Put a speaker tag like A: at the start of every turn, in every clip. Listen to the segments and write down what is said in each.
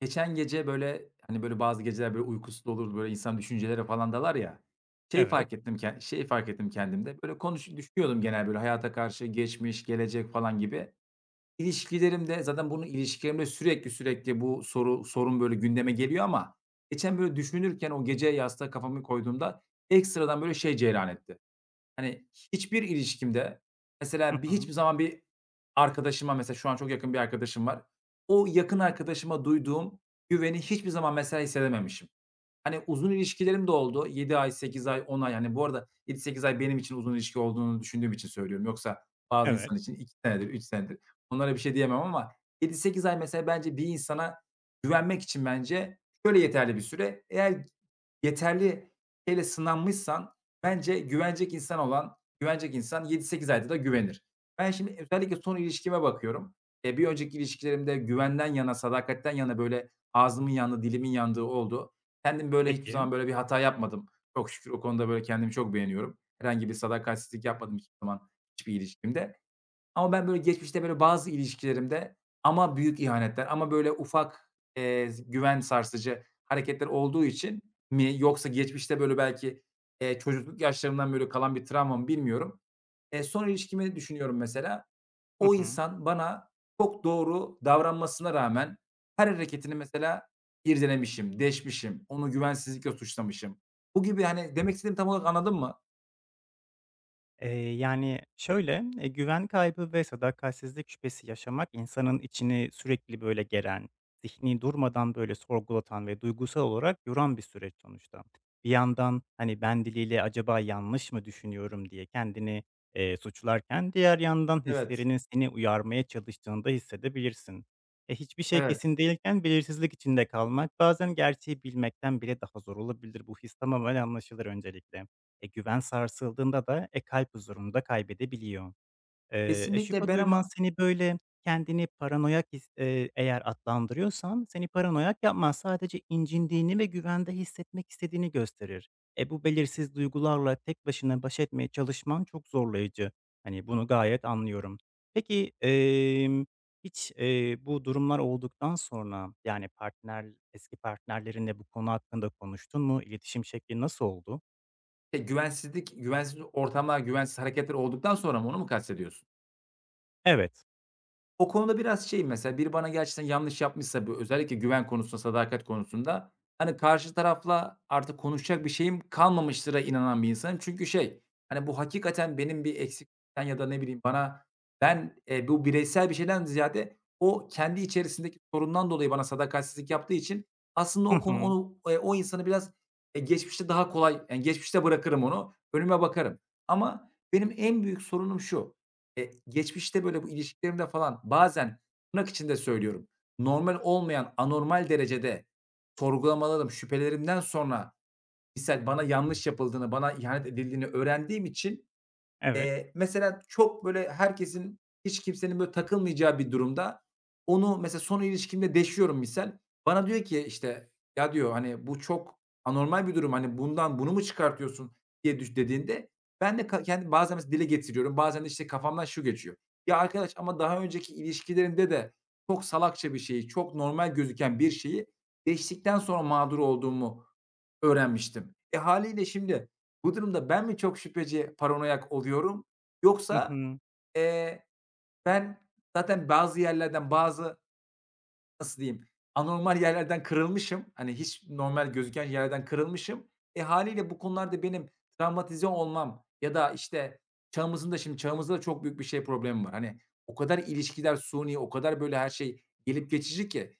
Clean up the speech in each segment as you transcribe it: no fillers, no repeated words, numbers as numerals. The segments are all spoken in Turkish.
A: Geçen gece, böyle, hani, böyle, bazı geceler, böyle, uykusuz olur, böyle, insan düşüncelere falan dalar ya. Şey
B: Evet.
A: fark ettim ken şey fark ettim kendimde, böyle, düşünüyordum genel, böyle, hayata karşı geçmiş, gelecek falan gibi. İlişkilerimde zaten bunu ilişkilerimde sürekli sürekli bu sorun, böyle, gündeme geliyor ama geçen, böyle, düşünürken o gece yastığa kafamı koyduğumda ekstradan, böyle, şey cereyan etti. Hani, hiçbir ilişkimde
B: Hı
A: mesela bir
B: hı.
A: hiçbir zaman bir arkadaşıma mesela şu an çok yakın bir arkadaşım var. O yakın arkadaşıma duyduğum güveni hiçbir zaman mesela hissedememişim. Hani, uzun ilişkilerim de oldu. Yedi ay, 8 ay, 10 ay. Hani, bu arada 7-8 ay benim için uzun ilişki olduğunu düşündüğüm için söylüyorum. Yoksa bazı
B: Evet.
A: insan için 2 senedir, 3 senedir. Onlara bir şey diyemem ama 7-8 ay mesela bence bir insana güvenmek için bence şöyle yeterli bir süre. Eğer yeterli şeyle sınanmışsan bence güvenecek insan 7-8 ayda da güvenir. Ben şimdi özellikle son ilişkime bakıyorum. Bir önceki ilişkilerimde güvenden yana, sadakatten yana böyle ağzımın yandı, dilimin yandığı oldu. Kendim böyle hiçbir
B: Peki.
A: zaman böyle bir hata yapmadım. Çok şükür o konuda böyle kendimi çok beğeniyorum. Herhangi bir sadakatsizlik yapmadım hiçbir zaman hiçbir ilişkimde. Ama ben böyle geçmişte böyle bazı ilişkilerimde ama büyük ihanetler ama böyle ufak, güven sarsıcı hareketler olduğu için mi yoksa geçmişte böyle belki, çocukluk yaşlarımdan böyle kalan bir travma mı bilmiyorum. Son ilişkimi düşünüyorum mesela.
B: Hı
A: O
B: hı.
A: insan bana çok doğru davranmasına rağmen her hareketini mesela irdelemişim, deşmişim, onu güvensizlikle suçlamışım. Bu gibi, hani, demek istediğimi tam olarak anladın mı?
B: Şöyle, güven kaybı ve sadakatsizlik şüphesi yaşamak insanın içini sürekli, böyle, geren, zihni durmadan, böyle, sorgulatan ve duygusal olarak yoran bir süreç sonuçta. Bir yandan, hani, ben diliyle acaba yanlış mı düşünüyorum diye kendini suçlarken diğer yandan
A: Evet,
B: hislerinin seni uyarmaya çalıştığını da hissedebilirsin. E, hiçbir şey
A: evet.
B: kesin değilken belirsizlik içinde kalmak bazen gerçeği bilmekten bile daha zor olabilir. Bu his tamamen anlaşılır öncelikle. E, güven sarsıldığında da e, kalp huzurunu da kaybedebiliyor. E,
A: Kesinlikle
B: şüphe
A: ben
B: duyman
A: ama
B: seni, böyle, kendini paranoyak his eğer adlandırıyorsan seni paranoyak yapmaz. Sadece incindiğini ve güvende hissetmek istediğini gösterir. E, bu belirsiz duygularla tek başına baş etmeye çalışman çok zorlayıcı. Hani, bunu gayet anlıyorum. Peki, hiç, bu durumlar olduktan sonra, yani, eski partnerlerinle bu konu hakkında konuştun mu? İletişim şekli nasıl oldu?
A: Güvensiz ortamlar, güvensiz hareketler olduktan sonra mı? Onu mu kastediyorsun?
B: Evet.
A: O konuda biraz şeyim mesela, biri bana gerçekten yanlış yapmışsa, bu özellikle güven konusunda, sadakat konusunda, hani, karşı tarafla artık konuşacak bir şeyim kalmamıştır'a inanan bir insanım. Çünkü şey, hani, bu hakikaten benim bir eksiklikten ya da ne bileyim ben, bu bireysel bir şeyden ziyade o kendi içerisindeki sorundan dolayı bana sadakatsizlik yaptığı için aslında
B: Hı
A: o konu
B: hı.
A: onu, o insanı biraz, geçmişte daha kolay, yani, geçmişte bırakırım onu, önüme bakarım. Ama benim en büyük sorunum şu: geçmişte böyle bu ilişkilerimde falan bazen tırnak içinde söylüyorum, normal olmayan anormal derecede sorgulamalarım, şüphelerimden sonra misal bana yanlış yapıldığını, bana ihanet edildiğini öğrendiğim için
B: Evet.
A: Mesela çok böyle herkesin, hiç kimsenin böyle takılmayacağı bir durumda onu mesela son ilişkimde deşiyorum misal. Bana diyor ki, işte, "Ya," diyor, "hani, bu çok anormal bir durum. Hani, bundan bunu mu çıkartıyorsun?" diye dediğinde ben de kendi bazen mesela dile getiriyorum. Bazen de, işte, kafamdan şu geçiyor. "Ya arkadaş ama daha önceki ilişkilerinde de çok salakça bir şeyi, çok normal gözüken bir şeyi deştikten sonra mağdur olduğumu öğrenmiştim. Hâliyle şimdi bu durumda ben mi çok şüpheci, paranoyak oluyorum
B: Hı
A: yoksa,
B: hı.
A: eee, ben zaten bazı yerlerden bazı nasıl diyeyim, anormal yerlerden kırılmışım. Hani, hiç normal gözüken yerlerden kırılmışım. Haliyle bu konularda benim travmatize olmam ya da, işte, çağımızın da şimdi çağımızda da çok büyük bir şey problemi var. Hani, o kadar ilişkiler suni, o kadar böyle her şey gelip geçici ki.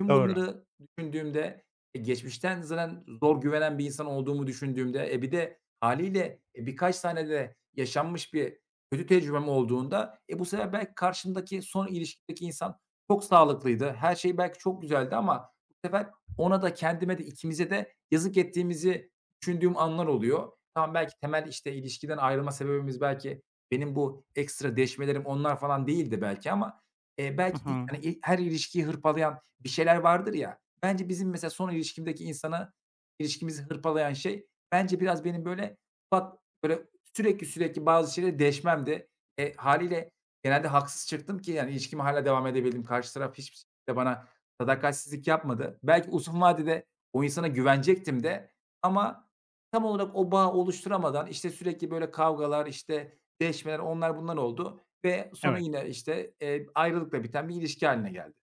A: Tüm
B: Doğru.
A: bunları düşündüğümde, geçmişten zaten zor güvenen bir insan olduğumu düşündüğümde, bir de haliyle birkaç tane de yaşanmış bir kötü tecrübem olduğunda, bu sefer belki karşımdaki son ilişkideki insan çok sağlıklıydı. Her şey belki çok güzeldi ama bu sefer ona da kendime de ikimize de yazık ettiğimizi düşündüğüm anlar oluyor. Tamam, belki temel, işte, ilişkiden ayrılma sebebimiz belki benim bu ekstra deşmelerim onlar falan değildi belki ama,
B: Hı
A: belki
B: hı.
A: hani, her ilişkiyi hırpalayan bir şeyler vardır ya. Bence bizim mesela son ilişkimdeki insana ilişkimizi hırpalayan şey bence biraz benim böyle bak böyle sürekli sürekli bazı şeyleri deşmemdi. E, hâliyle genelde haksız çıktım ki yani ilişkime hâlâ devam edebildim. Karşı taraf hiçbir şekilde bana sadakatsizlik yapmadı. Belki uzun vadede o insana güvenecektim de ama tam olarak o bağı oluşturamadan, işte, sürekli böyle kavgalar, işte, deşmeler, onlar bunlar oldu ve sonu
B: Evet.
A: yine, işte, ayrılıkla biten bir ilişki hâline geldi.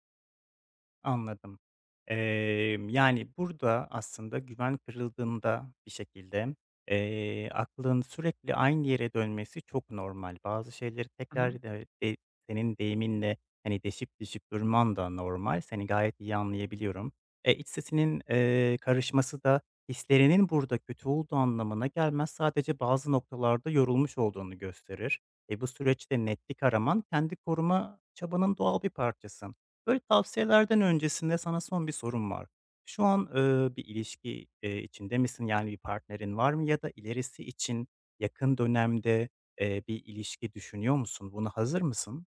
B: Anladım. Yani, burada aslında güven kırıldığında bir şekilde, aklın sürekli aynı yere dönmesi çok normal. Bazı şeyleri
A: Hı hı.
B: tekrar de de senin deyiminle, hani, deşip deşip durman da normal. Seni gayet iyi anlayabiliyorum. E, iç sesinin karışması da hislerinin burada kötü olduğu anlamına gelmez. Sadece bazı noktalarda yorulmuş olduğunu gösterir. E, bu süreçte netlik araman kendi koruma çabanın doğal bir parçası. Böyle tavsiyelerden öncesinde sana son bir sorum var. Şu an, bir ilişki içinde misin? Yani, bir partnerin var mı ya da ilerisi için yakın dönemde, bir ilişki düşünüyor musun? Buna hazır mısın?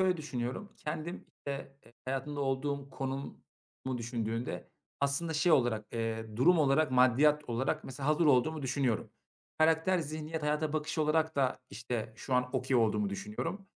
A: Şöyle düşünüyorum, kendim, işte, hayatımda olduğum konumu düşündüğünde aslında şey olarak, durum olarak, maddiyat olarak mesela hazır olduğumu düşünüyorum. Karakter, zihniyet, hayata bakış olarak da, işte, şu an okay olduğumu düşünüyorum.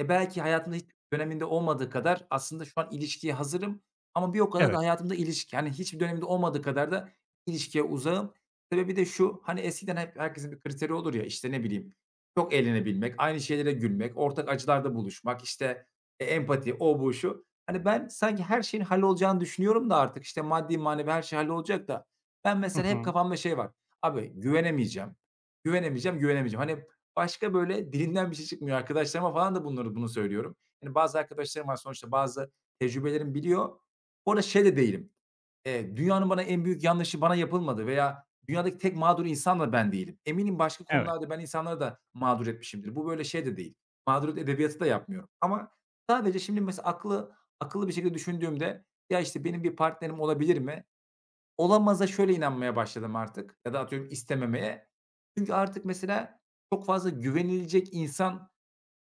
A: Belki hayatımda hiçbir döneminde olmadığı kadar aslında şu an ilişkiye hazırım ama bir o kadar da
B: Evet.
A: hayatımda ilişki, hani, hiçbir döneminde olmadığı kadar da ilişkiye uzağım. Sebebi de şu, hani, eskiden hep herkesin bir kriteri olur ya, işte, ne bileyim, çok eğlenebilmek, aynı şeylere gülmek, ortak acılarda buluşmak, işte, empati, o, bu, şu. Hani, ben sanki her şeyin hallolacağını düşünüyorum da artık, işte, maddi manevi her şey hallolacak da ben
B: Hı
A: mesela hep
B: hı.
A: kafamda şey var, abi güvenemeyeceğim, güvenemeyeceğim, güvenemeyeceğim. Hani, başka, böyle, dilinden bir şey çıkmıyor. Arkadaşlarıma falan da bunu söylüyorum. Yani bazı arkadaşlarım var sonuçta bazı tecrübelerim biliyor. Bu arada şey de değilim, dünyanın bana en büyük yanlışı bana yapılmadı veya dünyadaki tek mağdur insan da ben değilim. Eminim başka
B: Evet.
A: konularda ben insanları da mağdur etmişimdir. Bu böyle şey de değil, mağduriyet edebiyatı da yapmıyorum ama sadece şimdi mesela akıllı bir şekilde düşündüğümde, "Ya, işte, benim bir partnerim olabilir mi?" Olamaza şöyle inanmaya başladım artık ya da atıyorum istememeye. Çünkü artık mesela çok fazla güvenilecek insan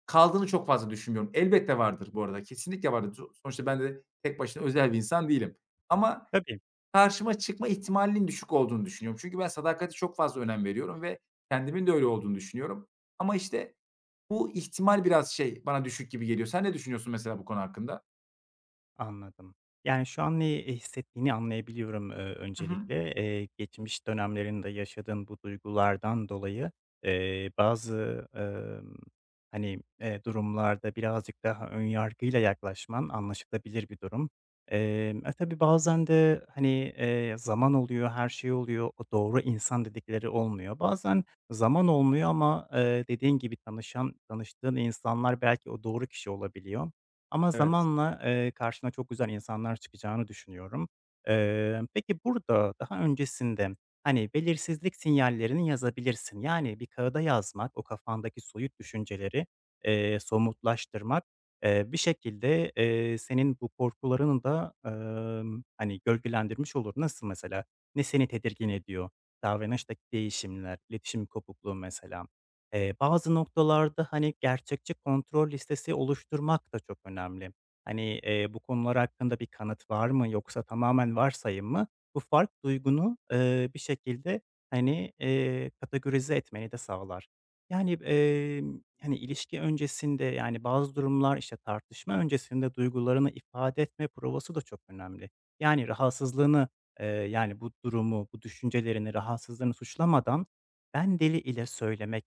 A: kaldığını çok fazla düşünmüyorum. Elbette vardır bu arada, kesinlikle vardır. Sonuçta ben de tek başına özel bir insan değilim. Ama
B: Tabii.
A: karşıma çıkma ihtimalinin düşük olduğunu düşünüyorum. Çünkü ben sadakati çok fazla önem veriyorum ve kendimin de öyle olduğunu düşünüyorum. Ama işte bu ihtimal biraz şey, bana düşük gibi geliyor. Sen ne düşünüyorsun mesela bu konu hakkında?
B: Anladım. Yani, şu an ne hissettiğini anlayabiliyorum,
A: Hı hı.
B: öncelikle. Geçmiş dönemlerinde yaşadığın bu duygulardan dolayı, bazı, hani, durumlarda birazcık daha ön yargıyla yaklaşman anlaşılabilir bir durum. E, tabii bazen de, hani, zaman oluyor, her şey oluyor, o doğru insan dedikleri olmuyor. Bazen zaman olmuyor ama, dediğin gibi tanıştığın insanlar belki o doğru kişi olabiliyor. Ama
A: Evet.
B: zamanla, karşına çok güzel insanlar çıkacağını düşünüyorum. Peki burada daha öncesinde, hani, belirsizlik sinyallerini yazabilirsin. Yani bir kağıda yazmak, o kafandaki soyut düşünceleri, somutlaştırmak, bir şekilde, senin bu korkularını da, hani, gölgelendirmiş olur. Nasıl mesela? Ne seni tedirgin ediyor? Davranıştaki değişimler, iletişim kopukluğu mesela. Bazı noktalarda, hani, gerçekçi kontrol listesi oluşturmak da çok önemli. Hani, bu konular hakkında bir kanıt var mı yoksa tamamen varsayım mı? Bu fark duygunu, bir şekilde, hani, kategorize etmeni de sağlar. Yani, hani, ilişki öncesinde, yani, bazı durumlar, işte, tartışma öncesinde duygularını ifade etme provası da çok önemli. Yani, rahatsızlığını, yani, bu durumu, bu düşüncelerini, rahatsızlığını suçlamadan ben deli ile söylemek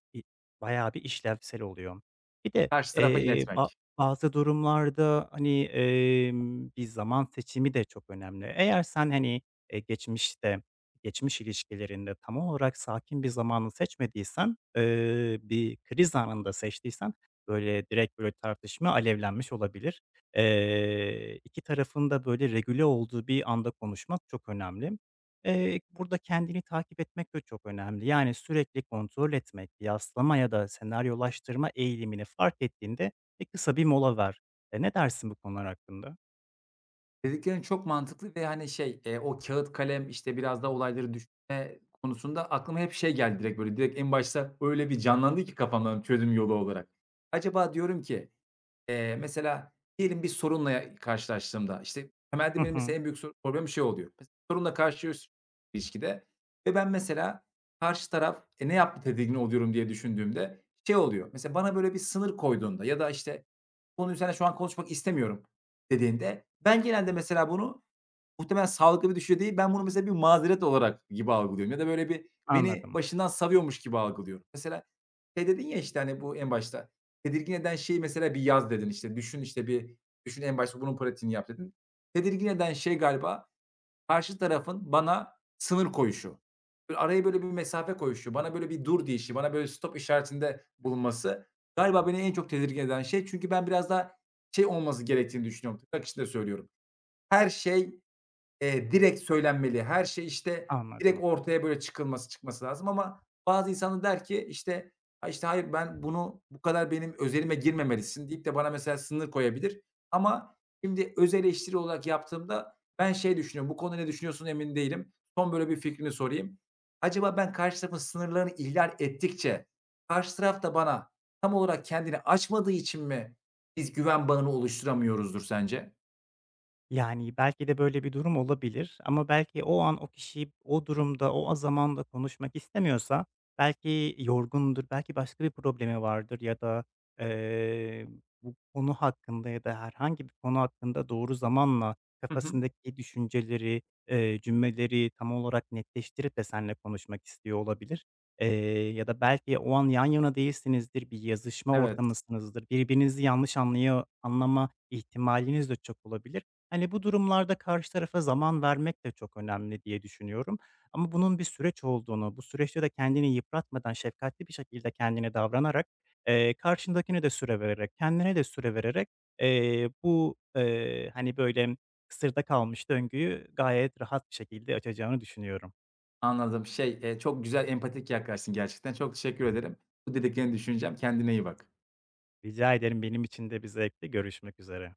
B: bayağı bir işlevsel oluyor. Bir de,
A: Karşı tarafa iletmek.
B: bazı durumlarda, hani, bir zaman seçimi de çok önemli. Eğer sen, hani, geçmişte, geçmiş ilişkilerinde tam olarak sakin bir zamanı seçmediysen, bir kriz anında seçtiysen, böyle, direkt, böyle, tartışma alevlenmiş olabilir. 2 tarafın da, böyle, regüle olduğu bir anda konuşmak çok önemli. Burada kendini takip etmek de çok önemli. Yani, sürekli kontrol etmek, kıyaslama ya da senaryolaştırma eğilimini fark ettiğinde, e, kısa bir mola ver. E, ne dersin bu konular hakkında?
A: Dediklerin çok mantıklı ve, hani, şey, o kağıt kalem, işte, biraz daha olayları düşünme konusunda aklıma hep şey geldi direkt, böyle, direkt en başta öyle bir canlandı ki kafamdan çözüm yolu olarak. Acaba diyorum ki, mesela diyelim bir sorunla ya karşılaştığımda, işte,
B: Hı
A: temelde benim
B: hı.
A: mesela en büyük problemim şey oluyor. Sorunla karşılaşıyorsun ilişkide ve ben mesela karşı taraf, ne yaptı tedirgin oluyorum diye düşündüğümde şey oluyor. Mesela bana, böyle, bir sınır koyduğunda ya da, işte, konuyu seninle şu an konuşmak istemiyorum dediğinde ben genelde mesela bunu muhtemelen sağlıklı bir düşünce değil, ben bunu mesela bir mazeret olarak gibi algılıyorum ya da böyle bir beni
B: Anladım,
A: başından savuyormuş gibi algılıyorum. Mesela şey dedin ya, işte, hani, bu en başta, tedirgin eden şey mesela bir yaz dedin, işte, düşün, işte, bir düşün en başta bunun pratiğini yap dedin. Tedirgin eden şey galiba karşı tarafın bana sınır koyuşu. Böyle araya böyle bir mesafe koyuşu, bana böyle bir dur deyişi, bana böyle stop işaretinde bulunması galiba beni en çok tedirgin eden şey. Çünkü ben biraz daha şey olması gerektiğini düşünüyorum, tırnak içinde söylüyorum. Her şey direkt söylenmeli. Her şey, işte,
B: anladım.
A: direkt ortaya böyle çıkması lazım ama bazı insanı der ki, işte, "Ha, işte, hayır, ben bunu bu kadar benim özelime girmemelisin." deyip de bana mesela sınır koyabilir ama şimdi öz eleştiri olarak yaptığımda ben şey düşünüyorum, "Bu konuda ne düşünüyorsun, emin değilim. Son böyle bir fikrini sorayım." Acaba ben karşı tarafın sınırlarını ihlal ettikçe karşı taraf da bana tam olarak kendini açmadığı için mi biz güven bağını oluşturamıyoruzdur sence?
B: Yani, belki de böyle bir durum olabilir ama belki o an o kişi o durumda, o zamanda konuşmak istemiyorsa belki yorgundur, belki başka bir problemi vardır ya da, eee, bu konu hakkında ya da herhangi bir konu hakkında doğru zamanla
A: Hı hı.
B: kafasındaki düşünceleri, cümleleri tam olarak netleştirip de seninle konuşmak istiyor olabilir. Ya da belki o an yan yana değilsinizdir, bir yazışma
A: Evet.
B: ortamısınızdır, birbirinizi yanlış anlıyor anlama ihtimaliniz de çok olabilir. Hani, bu durumlarda karşı tarafa zaman vermek de çok önemli diye düşünüyorum ama bunun bir süreç olduğunu, bu süreçte de kendini yıpratmadan şefkatli bir şekilde kendine davranarak, karşındakine de süre vererek, kendine de süre vererek, bu, hani, böyle, kısırda kalmış döngüyü gayet rahat bir şekilde açacağını düşünüyorum.
A: Anladım. Şey, çok güzel empatik yaklaştın gerçekten. Çok teşekkür ederim. Bu dediklerini düşüneceğim. Kendine iyi bak.
B: Rica ederim, benim için de bir zevkti. Görüşmek üzere.